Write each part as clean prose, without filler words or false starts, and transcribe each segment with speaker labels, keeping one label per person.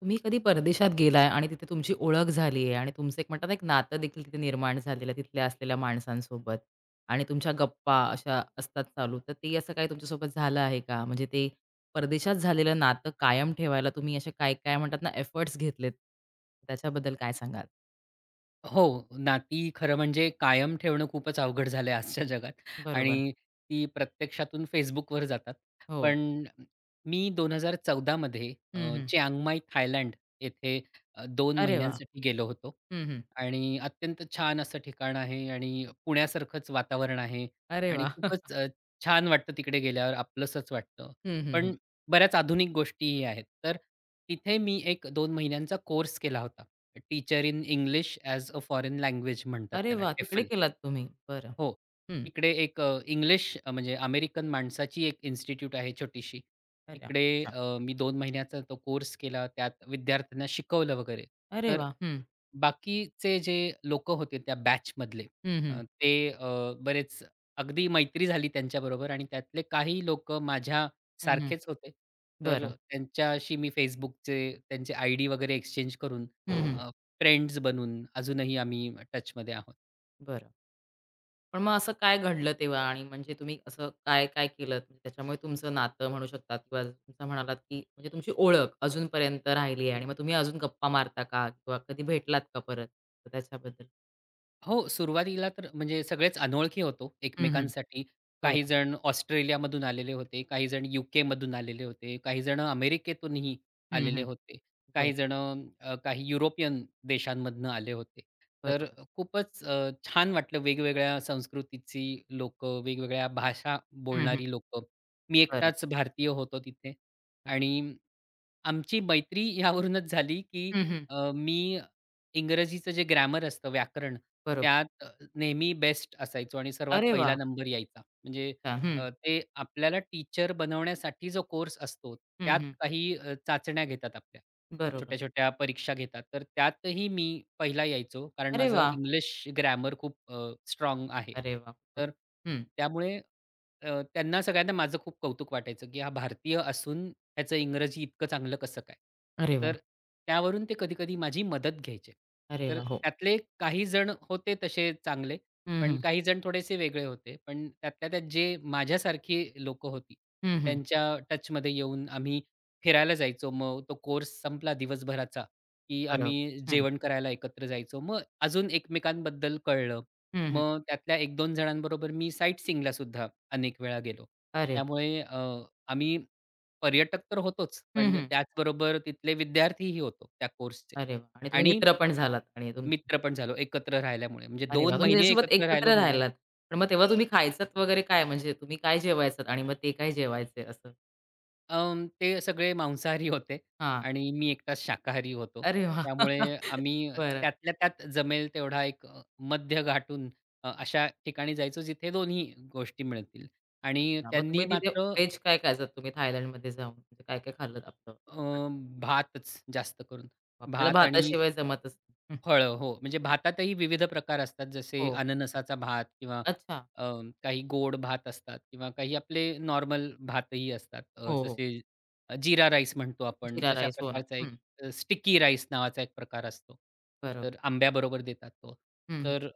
Speaker 1: तुम्ही कधी परदेशात गेलाय आणि तिथे तुमची ओळख झाली आहे आणि तुमचं एक म्हणतात ना, एक नातं देखील तिथे निर्माण झालेलं आहे तिथल्या असलेल्या माणसांसोबत आणि तुमच्या गप्पा अशा असतात चालू. तर ते असं काही तुमच्यासोबत झालं आहे का? म्हणजे ते परदेशात झालेलं नातं कायम ठेवायला तुम्ही असे काय-काय म्हणतात ना, एफर्ट्स घेतलेत? त्याच्याबद्दल काय सांगाल?
Speaker 2: हो, नाती खरं म्हणजे कायम ठेवणं खूपच अवघड झालंय आजच्या जगात
Speaker 1: बरोबर.
Speaker 2: आणि ती प्रत्यक्षातून Facebookवर जातात.
Speaker 1: हो.
Speaker 2: पण मी 2014 मध्ये
Speaker 1: हं, हं.
Speaker 2: चियांग थायलंड येथे 2
Speaker 1: अरे वाह!
Speaker 2: महिन्यांसाठी गेलो होतो
Speaker 1: हं, हं.
Speaker 2: आणि अत्यंत छान असं ठिकाण आहे आणि पुण्यासारखंच वातावरण आहे
Speaker 1: अरे
Speaker 2: आणि
Speaker 1: वाह!
Speaker 2: खूपच छान वाटतं तिकडे गेल्यावर, आपलंसंच वाटतं.
Speaker 1: हं, हं, हं.
Speaker 2: पण बऱ्याच आधुनिक गोष्टीही आहेत. तर तिथे मी एक 2 महिन्यांचा कोर्स केला होता. Teacher in English as a foreign language म्हणतात
Speaker 1: अरे
Speaker 2: त्याला,
Speaker 1: वाह! तिकडे
Speaker 2: TEFL.
Speaker 1: केलात तुम्ही. बरं.
Speaker 2: हो.
Speaker 1: हं.
Speaker 2: इकडे एक इंग्लिश म्हणजे अमेरिकन माणसाची एक इन्स्टिट्यूट आहे छोटीशी.
Speaker 1: अरे वाह!
Speaker 2: इकडे
Speaker 1: अच्छा.
Speaker 2: मी दोन महिन्याचा तो कोर्स केला. त्यात विद्यार्थ्यांना शिकवलं वगैरे.
Speaker 1: अरे
Speaker 2: तर
Speaker 1: वाह! हं.
Speaker 2: बाकीचे जे लोकं होते त्या बॅचमधले
Speaker 1: हं, हं.
Speaker 2: अ, ते अ, बरेच अगदी मैत्री झाली त्यांच्याबरोबर आणि त्यातले काही लोकं
Speaker 1: हं, हं.
Speaker 2: माझ्यासारखेच होते. तर
Speaker 1: बरं.
Speaker 2: त्यांच्याशी मी Facebookचे त्यांचे आयडी वगैरे एक्सचेंज करून
Speaker 1: हं, हं.
Speaker 2: फ्रेंड्स बनून अजूनही आम्ही टचमध्ये आहोत.
Speaker 1: बरं. पण मग असं काय घडलं तेव्हा आणि म्हणजे तुम्ही असं काय, काय केलंत? त्याच्यामुळे तुमचं नातं म्हणू शकता किंवा तुमचं म्हणालात, की म्हणजे तुमची ओळख अजूनपर्यंत राहिली आहे आणि मग तुम्ही अजून गप्पा मारता का? किंवा कधी भेटलात का परत? तर त्याच्याबद्दल.
Speaker 2: हो, सुरुवातीला तर म्हणजे सगळेच अनोळखी होतो
Speaker 1: हं, हं.
Speaker 2: एकमेकांसाठी. काही
Speaker 1: बरं.
Speaker 2: जण ऑस्ट्रेलियामधून आलेले होते, काही जण यूकेमधून आलेले होते, काही जण अमेरिकेतूनही
Speaker 1: हं,
Speaker 2: आलेले
Speaker 1: हं.
Speaker 2: होते, काही
Speaker 1: बरं.
Speaker 2: जण काही युरोपियन देशांमधनं आले होते. तर
Speaker 1: बरोबर.
Speaker 2: खूपच छान वाटलं वेगवेगळ्या संस्कृतीची लोकं, वेगवेगळ्या भाषा
Speaker 1: हं, हं.
Speaker 2: बोलणारी लोकं. मी
Speaker 1: बरं.
Speaker 2: एकटाच भारतीय होतो तिथे
Speaker 1: अच्छा.
Speaker 2: आणि आमची मैत्री यावरूनच झाली, की
Speaker 1: हं,
Speaker 2: मी इंग्रजीचं जे ग्रामर असतं व्याकरण,
Speaker 1: बरोबर.
Speaker 2: त्यात नेहमी बेस्ट असायचो आणि सर्वात
Speaker 1: अरे
Speaker 2: पहिला
Speaker 1: वाह!
Speaker 2: नंबर यायचा. म्हणजे
Speaker 1: अच्छा. हं.
Speaker 2: ते आपल्याला टीचर बनवण्यासाठी जो कोर्स असतो,
Speaker 1: हं,
Speaker 2: त्यात
Speaker 1: हं.
Speaker 2: काही अ, चाचण्या घेतात आपल्या.
Speaker 1: बरोबर.
Speaker 2: छोट्या-छोट्या परीक्षा घेतात. तर त्यातही मी पहिला यायचो, कारण
Speaker 1: अरे
Speaker 2: माझं
Speaker 1: वाह!
Speaker 2: इंग्लिश ग्रामर खूप आहे.
Speaker 1: अरे वाह! खूपच
Speaker 2: तर
Speaker 1: हं.
Speaker 2: त्यामुळे त्यांना सगळ्यांना माझं खूप कौतुक वाटायचं, की हा भारतीय असून ह्याचं इंग्रजी इतकं चांगलं कसं काय?
Speaker 1: अरे वाह!
Speaker 2: तर त्यावरून ते कधी-कधी माझी मदत घ्यायचे.
Speaker 1: अरे
Speaker 2: तर
Speaker 1: वाह! हो.
Speaker 2: त्यातले काही जण होते तसे चांगले,
Speaker 1: हं,
Speaker 2: पण
Speaker 1: हं.
Speaker 2: काही जण थोडेसे वेगळे होते. पण त्यातल्या त्यात जे माझ्यासारखी लोकं होती,
Speaker 1: हं, हं.
Speaker 2: त्यांच्या टचमध्ये येऊन आम्ही फिरायला जायचो. मग तो कोर्स संपला दिवसभराचा, की
Speaker 1: बरोबर.
Speaker 2: आम्ही
Speaker 1: हं.
Speaker 2: जेवण करायला एकत्र जायचो. मग अजून एकमेकांबद्दल कळलं.
Speaker 1: हं, हं.
Speaker 2: मग त्यातल्या 1-2 जणांबरोबर मी साईट सीइंगला सुद्धा अनेक वेळा गेलो.
Speaker 1: अरे वाह!
Speaker 2: त्यामुळे आम्ही पर्यटक तर होतोच,
Speaker 1: हं,
Speaker 2: पण
Speaker 1: हं.
Speaker 2: त्याचबरोबर तिथले विद्यार्थीही होतो त्या कोर्सचे
Speaker 1: अरे वाह! आणि तुम्ही
Speaker 2: आणि
Speaker 1: मित्र पण झालात आणि तुमचं
Speaker 2: मित्र पण झालो एकत्र राहिल्यामुळे. म्हणजे
Speaker 1: अरे वाह!
Speaker 2: दोन
Speaker 1: तुम्ही
Speaker 2: महिने
Speaker 1: त्याच्यासोबत
Speaker 2: एकत्र राहिलो
Speaker 1: एकत्र
Speaker 2: म्हटल्यावर
Speaker 1: राहिलात. पण मग तेव्हा तुम्ही खायचात वगैरे काय? म्हणजे तुम्ही काय जेवायचात आणि मग ते काय जेवायचे असं?
Speaker 2: ते सगळे मांसाहारी होते
Speaker 1: हां.
Speaker 2: आणि मी एकटा शाकाहारी होतो.
Speaker 1: अरे वाह!
Speaker 2: त्यामुळे आम्ही
Speaker 1: बरं.
Speaker 2: त्यातल्या त्यात जमेल तेवढा एक मध्य गाठून अशा ठिकाणी जायचो जिथे दोन्ही गोष्टी मिळतील आणि
Speaker 1: हां, मग
Speaker 2: त्यांनी
Speaker 1: तुम्ही तिथे
Speaker 2: मात्र
Speaker 1: व्हेज काय खायचात तुम्ही थायलंडमध्ये जाऊन? म्हणजे काय काय खाल्लत आपलं?
Speaker 2: अ, भातच जास्त करून.
Speaker 1: आपल्याला
Speaker 2: भात आणि
Speaker 1: भाताशिवाय जमतच नाही. हं.
Speaker 2: फळं, हो. म्हणजे भातातही विविध प्रकार असतात जसे
Speaker 1: हो.
Speaker 2: अननसाचा भात किंवा
Speaker 1: अच्छा.
Speaker 2: अ, काही गोड भात असतात किंवा काही आपले नॉर्मल भातही असतात.
Speaker 1: हो, हो.
Speaker 2: जसे जीरा राईस म्हणतो आपण
Speaker 1: जीरा
Speaker 2: तशा
Speaker 1: राईस. हो ना.
Speaker 2: प्रकारचा एक
Speaker 1: हं.
Speaker 2: अ, स्टिकी राईस नावाचा एक प्रकार असतो.
Speaker 1: बरोबर.
Speaker 2: तर आंब्याबरोबर देतात तो.
Speaker 1: हं, हं.
Speaker 2: तर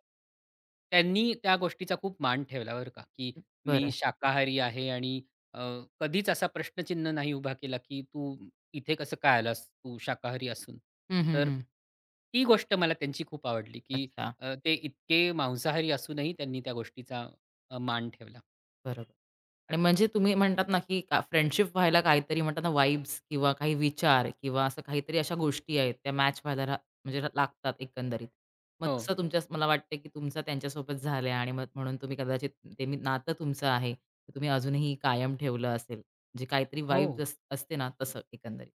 Speaker 2: त्यांनी त्या गोष्टीचा खूप मान ठेवला बरं का, की मी
Speaker 1: बरं.
Speaker 2: शाकाहारी आहे आणि अ, कधीच असा प्रश्नचिन्ह नाही उभा केला, की तू इथे कसं काय आलास तू शाकाहारी असून?"
Speaker 1: हं, हं,
Speaker 2: तर
Speaker 1: हं.
Speaker 2: ती गोष्ट मला त्यांची खूप आवडली, की
Speaker 1: अच्छा.
Speaker 2: ते इतके मांसाहारी असूनही त्यांनी त्या गोष्टीचा मान ठेवला.
Speaker 1: बरोबर. आणि म्हणजे तुम्ही म्हणतात ना, की का फ्रेंडशिप व्हायला काहीतरी म्हणतात ना, वाइब्स किंवा काही विचार किंवा असं काहीतरी अशा गोष्टी आहेत त्या मॅच व्हायला म्हणजे रा- लागतात एकंदरीत. मग
Speaker 2: हो.
Speaker 1: तसं तुमच्या मला वाटतं, की तुमचं त्यांच्यासोबत झालंय आणि मग म्हणून तुम्ही कदाचित ते मी नातं तुमचं आहे, ते तुम्ही अजूनही कायम ठेवलं असेल. म्हणजे काहीतरी
Speaker 2: हो.
Speaker 1: वाइब्स असते ना तसं एकंदरीत.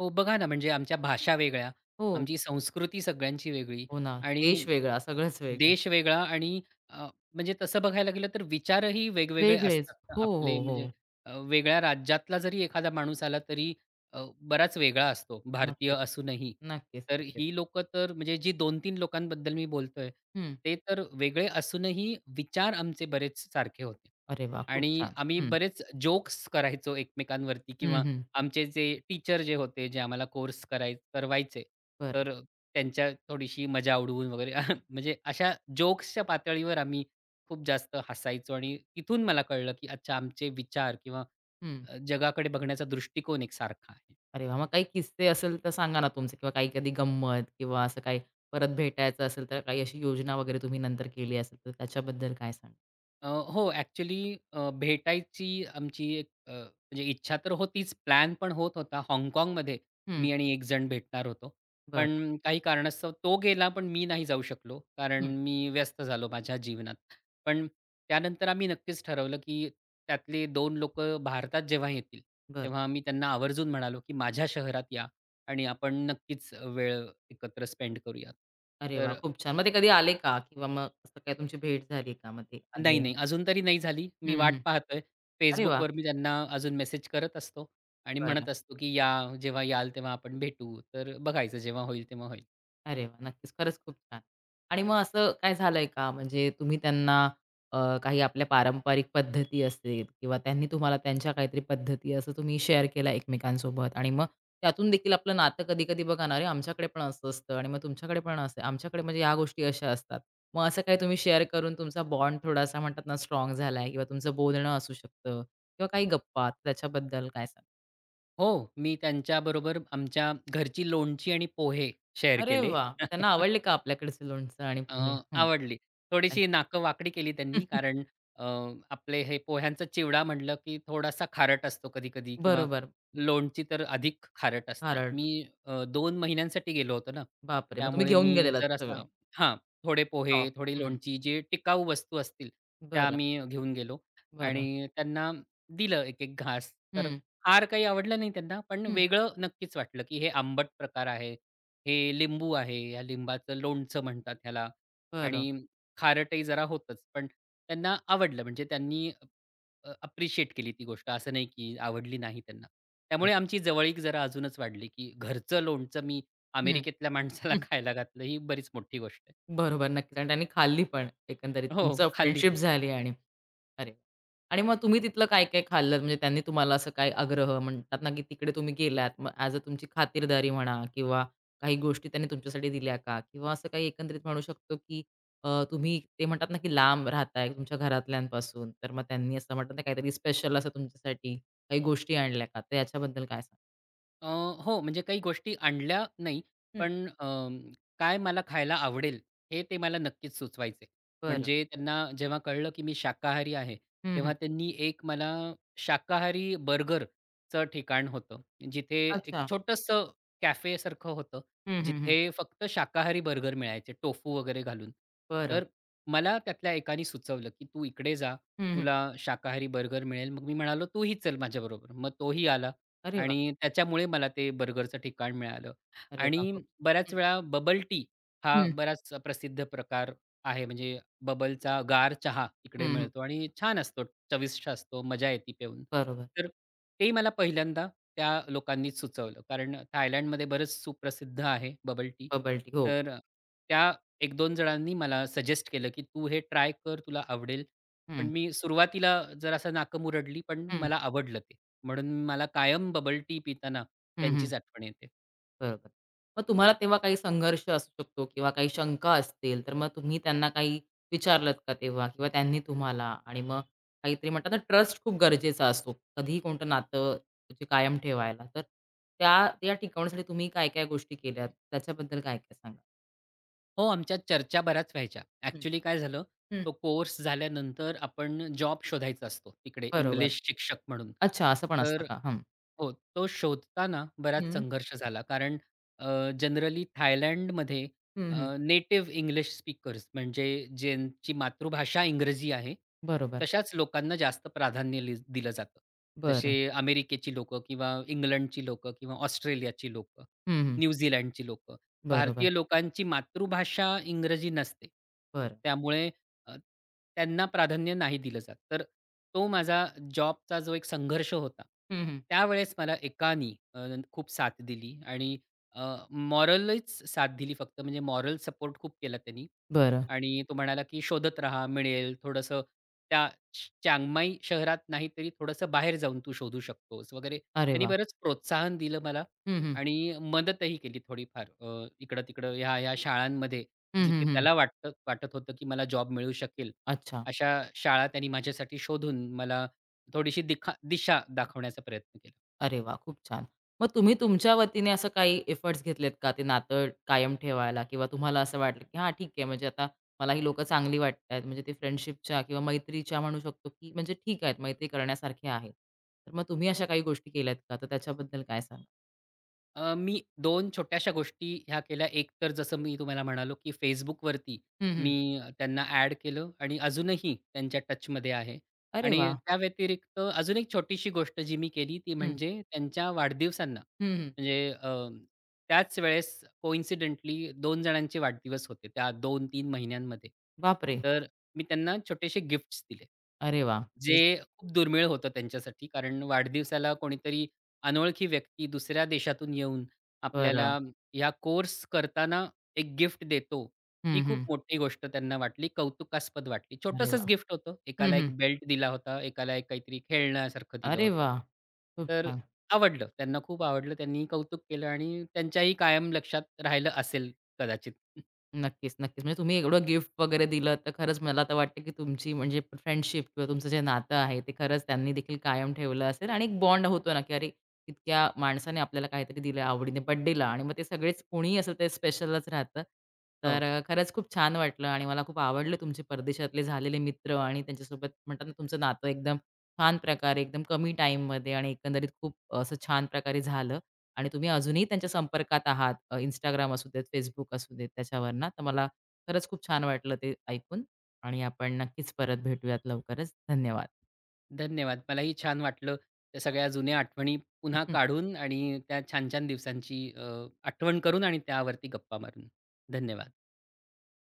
Speaker 2: हो, बघा ना, म्हणजे आमच्या भाषा वेगळ्या,
Speaker 1: हो.
Speaker 2: आमची संस्कृती सगळ्यांची वेगळी
Speaker 1: हो ना,
Speaker 2: आणि
Speaker 1: देश वेगळा, सगळंच वेगळं.
Speaker 2: देश वेगळा आणि अ, म्हणजे तसं बघायला गेलं तर विचारही वेगवेगळे
Speaker 1: वेगळेच.
Speaker 2: असतात ना
Speaker 1: हो, हो,
Speaker 2: आपले म्हणजे
Speaker 1: हो.
Speaker 2: वेगळ्या राज्यातला जरी एखादा माणूस आला तरी बराच वेगळा असतो भारतीय
Speaker 1: नक्कीच,
Speaker 2: असूनही.
Speaker 1: नक्कीच,
Speaker 2: तर
Speaker 1: नक्कीच.
Speaker 2: ही लोकं तर म्हणजे जी 2-3 लोकांबद्दल मी बोलतोय,
Speaker 1: हं.
Speaker 2: ते तर वेगळे असूनही विचार आमचे बरेच सारखे होते.
Speaker 1: अरे वाह! खूप
Speaker 2: आणि
Speaker 1: छान.
Speaker 2: आम्ही
Speaker 1: हं,
Speaker 2: बरेच जोक्स करायचो एकमेकांवरती
Speaker 1: हं,
Speaker 2: किंवा
Speaker 1: हं.
Speaker 2: आमचे जे टीचर जे होते, जे आम्हाला कोर्स कराय करवायचे,
Speaker 1: बरं.
Speaker 2: तर त्यांच्या थोडीशी मजा उडवून वगैरे म्हणजे अशा जोक्सच्या पातळीवर आम्ही खूप जास्त हसायचो आणि तिथून मला कळलं, की अच्छा आमचे विचार किंवा
Speaker 1: हं.
Speaker 2: जगाकडे बघण्याचा दृष्टिकोन एक सारखा आहे.
Speaker 1: अरे वाह! मग काही किस्से असेल तर सांगा ना तुमचे किंवा काही कधी गंमत किंवा असं काही परत भेटायचं असेल तर काही अशी योजना वगैरे तुम्ही नंतर केली असेल तर त्याच्याबद्दल काय सांगाल?
Speaker 2: अ, हो, ॲक्चुअली भेटायची आमची एक म्हणजे इच्छा तर होतीच. प्लॅन पण होत होता. हाँगकाँगमध्ये
Speaker 1: हं,
Speaker 2: मी आणि एक जण भेटणार होतो.
Speaker 1: बरं.
Speaker 2: पण काही कारणास्तव तो गेला, पण मी नाही जाऊ शकलो. कारण
Speaker 1: हं,
Speaker 2: मी व्यस्त झालो माझ्या जीवनात. पण त्यानंतर आम्ही नक्कीच ठरवलं, की त्यातले दोन लोक भारतात जेव्हा येतील,
Speaker 1: बरं.
Speaker 2: तेव्हा मी त्यांना आवर्जून म्हणालो, की माझ्या शहरात या आणि आपण नक्कीच वेळ एकत्र स्पेंड करूयात.
Speaker 1: अरे वाह!
Speaker 2: तर
Speaker 1: खूप छान. मग ते कधी आले का? किंवा मग असं काही तुमची भेट झाली का? मग ते
Speaker 2: नाही,
Speaker 1: आले?
Speaker 2: नाही. अजून तरी नाही झाली. मी
Speaker 1: हं,
Speaker 2: वाट
Speaker 1: हं.
Speaker 2: पाहतोय.
Speaker 1: अरे वाह!
Speaker 2: Facebookवर मी त्यांना अजून मेसेज करत असतो आणि
Speaker 1: बरं.
Speaker 2: म्हणत असतो, की "या, जेव्हा याल तेव्हा आपण भेटू." तर बघायचं जेव्हा होईल तेव्हा होईल.
Speaker 1: अरे वा नक्कीच. खरंच खूप छान. आणि मग असं काय झालंय का? म्हणजे तुम्ही त्यांना काही आपल्या पारंपरिक पद्धती असतील किंवा त्यांनी तुम्हाला त्यांच्या काहीतरी पद्धती असं तुम्ही शेअर केला एकमेकांसोबत आणि मग त्यातून देखील आपलं नातं कधी-कधी बघा ना, अरे आमच्याकडे पण असं असतं आणि मग तुमच्याकडे पण असं आमच्याकडे म्हणजे ह्या गोष्टी अशा असतात. मग असं काही तुम्ही शेअर करून तुमचा बॉन्ड थोडासा म्हणतात ना स्ट्राँग झालाय किंवा तुमचं बोलणं असू शकतं किंवा काही गप्पा त्याच्याबद्दल काय सांगाल?
Speaker 2: हो, मी त्यांच्याबरोबर आमच्या घरची लोणची आणि पोहे शेअर
Speaker 1: अरे
Speaker 2: केले.
Speaker 1: वाह! मग त्यांना आवडले का आपल्याकडचं लोणचं आणि
Speaker 2: अ,
Speaker 1: पोहे? हं.
Speaker 2: आवडली.
Speaker 1: अरे.
Speaker 2: थोडीशी नाकं वाकडी केली त्यांनी कारण अ, आपले हे पोह्यांचा चिवडा म्हटलं, की थोडासा खारट असतो कधी-कधी किंवा
Speaker 1: बरोबर.
Speaker 2: लोणची तर अधिक खारट असतात.
Speaker 1: हरळ.
Speaker 2: मी 2 महिन्यांसाठी गेलो होतो ना,
Speaker 1: बापरे! मग तुम्ही
Speaker 2: त्यामुळे
Speaker 1: घेऊन
Speaker 2: मी
Speaker 1: गेलेलात
Speaker 2: जरासा
Speaker 1: सगळं.
Speaker 2: हां, थोडे पोहे,
Speaker 1: हो.
Speaker 2: थोडी
Speaker 1: हं.
Speaker 2: लोणची जे टिकाऊ वस्तू असतील, त्या
Speaker 1: बरं,
Speaker 2: मी घेऊन गेलो
Speaker 1: बरं.
Speaker 2: आणि त्यांना दिलं एक-एक घास. तर
Speaker 1: हं,
Speaker 2: फार काही आवडलं नाही त्यांना, पण
Speaker 1: हं.
Speaker 2: वेगळं नक्कीच वाटलं, की हे आंबट प्रकार आहे, हे लिंबू आहे, या लिंबाचं लोणचं म्हणतात ह्याला.
Speaker 1: बरं,
Speaker 2: आणि खारटही जरा होतंच. पण त्यांना आवडलं म्हणजे त्यांनी अप्रिशिएट केली ती गोष्ट. असं नाही की आवडली नाही त्यांना.
Speaker 1: बरं.
Speaker 2: त्यामुळे आमची जवळीक जरा अजूनच वाढली, की घरचं लोणचं मी
Speaker 1: हं.
Speaker 2: अमेरिकेतल्या माणसाला खायला घातलं ही बरीच मोठी गोष्ट आहे.
Speaker 1: बरोबर, नक्कीच आणि त्यांनी खाल्ली पण एकंदरीत
Speaker 2: हो,
Speaker 1: तुमचं
Speaker 2: खाल्ली
Speaker 1: फ्रेंडशिप झाली आणि अरे वाह! आणि मग तुम्ही तिथलं काय-काय खाल्लत? म्हणजे त्यांनी तुम्हाला असं काय आग्रह म्हणतात ना, की तिकडे तुम्ही गेलात, मग ॲज अ तुमची खातिरदारी म्हणा किंवा काही गोष्टी त्यांनी तुमच्यासाठी दिल्या का? किंवा असं काही एकंदरीत म्हणू शकतो, की तुम्ही ते म्हणतात ना, की लांब राहताय तुमच्या घरातल्यांपासून, तर मग त्यांनी असं म्हणतात ना, काहीतरी स्पेशल असं तुमच्यासाठी काही गोष्टी आणल्या का? तर याच्याबद्दल काय सांगाल?
Speaker 2: अ, हो, म्हणजे काही गोष्टी आणल्या नाही, पण काय मला खायला आवडेल, हे ते मला नक्कीच सुचवायचे.
Speaker 1: बरं.
Speaker 2: म्हणजे त्यांना जेव्हा कळलं, की मी शाकाहारी आहे,
Speaker 1: हं, हं.
Speaker 2: तेव्हा त्यांनी एक मला शाकाहारी बर्गरचं ठिकाण होतं. जिथे एक
Speaker 1: अच्छा.
Speaker 2: छोटंसं कॅफेसारखं होतं,
Speaker 1: हं, हं, हं.
Speaker 2: जिथे फक्त शाकाहारी बर्गर मिळायचे, टोफू वगैरे घालून.
Speaker 1: बरं.
Speaker 2: तर मला त्यातल्या एकाने सुचवलं, की "तू इकडे जा,
Speaker 1: हं, हं.
Speaker 2: तुला शाकाहारी बर्गर मिळेल." मग मी म्हणालो, "तूही चल माझ्याबरोबर." मग तोही आला.
Speaker 1: अरे वाह!
Speaker 2: आणि त्याच्यामुळे मला ते बर्गरचं ठिकाण मिळालं.
Speaker 1: अरे
Speaker 2: आणि
Speaker 1: वाह! खूप
Speaker 2: बऱ्याच
Speaker 1: हं,
Speaker 2: वेळा बबल टी हा
Speaker 1: हं,
Speaker 2: बराच प्रसिद्ध प्रकार आहे. म्हणजे बबलचा गार चहा इकडे
Speaker 1: हं, हं.
Speaker 2: मिळतो आणि छान असतो, चविष्ट असतो, मजा येते पिऊन.
Speaker 1: बरोबर.
Speaker 2: तर ते मला पहिल्यांदा त्या लोकांनीच सुचवलं. कारण थायलंडमध्ये बरंच सुप्रसिद्ध आहे बबल टी.
Speaker 1: Bubble tea. हो.
Speaker 2: तर त्या 1-2 जणांनी मला सजेस्ट केलं, की "तू हे ट्राय कर, तुला आवडेल." पण
Speaker 1: हं,
Speaker 2: मी सुरुवातीला जरासं नाकमुरडली, पण
Speaker 1: हं,
Speaker 2: मला आवडलं म्हणून मला कायम बबल टी पिताना
Speaker 1: हं, हं.
Speaker 2: त्यांचीच आठवण येते.
Speaker 1: बरोबर. मग तुम्हाला तेव्हा काही संघर्ष असू शकतो किंवा काही शंका असतील, तर मग तुम्ही त्यांना काही विचारलत का तेव्हा किंवा त्यांनी तुम्हाला? आणि मग काहीतरी म्हणतात ना, ट्रस्ट खूप गरजेचा असतो कधीही कोणतं नातं म्हणजे कायम ठेवायला. तर त्या त्या टिकवण्यासाठी तुम्ही काय-काय गोष्टी केल्यात? त्याच्याबद्दल काय-काय सांगाल?
Speaker 2: हो, आमच्यात चर्चा बऱ्याच व्हायच्या.
Speaker 1: हं,
Speaker 2: ॲक्चुअली काय झालं,
Speaker 1: हं.
Speaker 2: तो कोर्स झाल्यानंतर आपण जॉब शोधायचा असतो तिकडे
Speaker 1: बरोबर.
Speaker 2: इंग्लिश शिक्षक म्हणून.
Speaker 1: अच्छा, असं पण असतं
Speaker 2: तर
Speaker 1: का? हं.
Speaker 2: हो, तो शोधताना बराच
Speaker 1: हं,
Speaker 2: संघर्ष झाला. कारण जनरली थायलंडमध्ये
Speaker 1: हं, हं.
Speaker 2: नेटिव्ह इंग्लिश स्पीकर्स म्हणजे ज्यांची मातृभाषा इंग्रजी आहे,
Speaker 1: बरोबर.
Speaker 2: तशाच लोकांना जास्त प्राधान्य दिलं जातं. जसे
Speaker 1: बरं.
Speaker 2: अमेरिकेची लोकं किंवा इंग्लंडची लोकं किंवा ऑस्ट्रेलियाची लोकं,
Speaker 1: हं, हं.
Speaker 2: न्यूझीलंडची लोकं.
Speaker 1: बरोबर.
Speaker 2: भारतीय लोकांची मातृभाषा इंग्रजी नसते.
Speaker 1: बरं.
Speaker 2: त्यामुळे अ, त्यांना प्राधान्य नाही दिलं जात. तर तो माझा जॉबचा जो एक संघर्ष होता,
Speaker 1: हं, हं.
Speaker 2: त्यावेळेस मला एकानी खूप साथ दिली आणि अ, साथ दिली फक्त म्हणजे मॉरल सपोर्ट खूप केला त्यांनी
Speaker 1: बरं.
Speaker 2: आणि तो म्हणाला, की "शोधत राहा, मिळेल. थोडंसं त्या चियांगमाई शहरात नाहीतरी थोडंसं बाहेर जाऊन तू शोधू शकतोस" वगैरे.
Speaker 1: अरे
Speaker 2: त्यांनी
Speaker 1: वाह!
Speaker 2: बरंच प्रोत्साहन दिलं मला
Speaker 1: हं, हं.
Speaker 2: आणि मदतही केली थोडीफार इकडं-तिकडं, ह्या-ह्या शाळांमध्ये
Speaker 1: हं,
Speaker 2: जिथे
Speaker 1: हं, हं.
Speaker 2: त्याला वाटत होतं, की मला जॉब मिळू शकेल,
Speaker 1: अच्छा.
Speaker 2: अशा शाळा त्यांनी माझ्यासाठी शोधून मला थोडीशी दिशा दाखवण्याचा प्रयत्न केला.
Speaker 1: अरे वाह! खूप छान. मग तुम्ही तुमच्या वतीने असं काही एफर्ट्स घेतलेत का ते नातं कायम ठेवायला किंवा तुम्हाला असं वाटलं, की हां, ठीक आहे म्हणजे आता मला ही लोकं चांगली वाटतायत. म्हणजे ते फ्रेंडशिपच्या किंवा मैत्रीच्या म्हणू शकतो, की म्हणजे ठीक आहेत, मैत्री करण्यासारखे आहेत. तर मग तुम्ही अशा काही गोष्टी केल्यात का? तर त्याच्याबद्दल काय सांगाल?
Speaker 2: मी दोन छोट्याशा गोष्टी ह्या केल्या. एक तर जसं मी तुम्हाला म्हणालो, की Facebookवरती
Speaker 1: हं, हं.
Speaker 2: मी त्यांना ॲड केलं आणि अजूनही त्यांच्या टचमध्ये आहे.
Speaker 1: अरे
Speaker 2: आणि
Speaker 1: वाह!
Speaker 2: त्या व्यतिरिक्त अजून एक छोटीशी गोष्ट जी मी केली ती
Speaker 1: हं.
Speaker 2: म्हणजे त्यांच्या वाढदिवसांना
Speaker 1: हं, हं.
Speaker 2: त्याच वेळेस कोइन्सिडेंटली 2 जणांचे वाढदिवस होते त्या 2-3 महिन्यांमध्ये.
Speaker 1: बापरे!
Speaker 2: तर मी त्यांना छोटेसे गिफ्ट्स दिले.
Speaker 1: अरे वाह!
Speaker 2: जे खूप दुर्मिळ होतं त्यांच्यासाठी कारण वाढदिवसाला कोणीतरी अनोळखी व्यक्ती दुसऱ्या देशातून येऊन आपल्याला
Speaker 1: बरं.
Speaker 2: ह्या कोर्स करताना एक गिफ्ट देतो,
Speaker 1: हं,
Speaker 2: ही खूप
Speaker 1: हं.
Speaker 2: मोठी गोष्ट त्यांना वाटली, कौतुकास्पद वाटली.
Speaker 1: अरे
Speaker 2: छोटंसंच
Speaker 1: वाह!
Speaker 2: गिफ्ट होतं.
Speaker 1: हं,
Speaker 2: एकाला
Speaker 1: हं.
Speaker 2: एक बेल्ट दिला होता, एकाला एक काहीतरी खेळण्यासारखं दिलं
Speaker 1: अरे
Speaker 2: होतं.
Speaker 1: वाह! खूप
Speaker 2: तर
Speaker 1: छान.
Speaker 2: आवडलं, त्यांना खूप आवडलं. त्यांनी कौतुक केलं आणि त्यांच्याही कायम लक्षात राहिलं असेल कदाचित.
Speaker 1: नक्कीच, नक्कीच. म्हणजे तुम्ही एवढं गिफ्ट वगैरे दिलं, तर खरंच मला तर वाटतं, की तुमची म्हणजे फ्रेंडशिप किंवा तुमचं जे नातं आहे, ते खरंच त्यांनी देखील कायम ठेवलं असेल आणि एक बॉन्ड होतो ना, की अरे, इतक्या माणसाने आपल्याला काहीतरी दिलं आवडीने बर्थडेला आणि मग ते सगळेच कोणीही असेल, ते स्पेशलच राहतं. तर
Speaker 2: हो,
Speaker 1: खरंच खूप छान वाटलं आणि मला खूप आवडलं तुमचे परदेशातले झालेले मित्र आणि त्यांच्यासोबत म्हणतात ना, तुमचं नातं एकदम छान प्रकारे, एकदम कमी टाईममध्ये आणि एकंदरीत खूप असं छान प्रकारे झालं. आणि तुम्ही अजूनही त्यांच्या संपर्कात आहात. Instagram असू देत, Facebook असू देत त्याच्यावरनं. तर मला खरंच खूप छान वाटलं ते ऐकून आणि आपण नक्कीच परत भेटूयात लवकरच. धन्यवाद.
Speaker 2: धन्यवाद. मलाही छान वाटलं त्या सगळ्या जुन्या आठवणी पुन्हा काढून आणि त्या छान-छान दिवसांची आठवण करून आणि त्यावरती गप्पा मारून. धन्यवाद.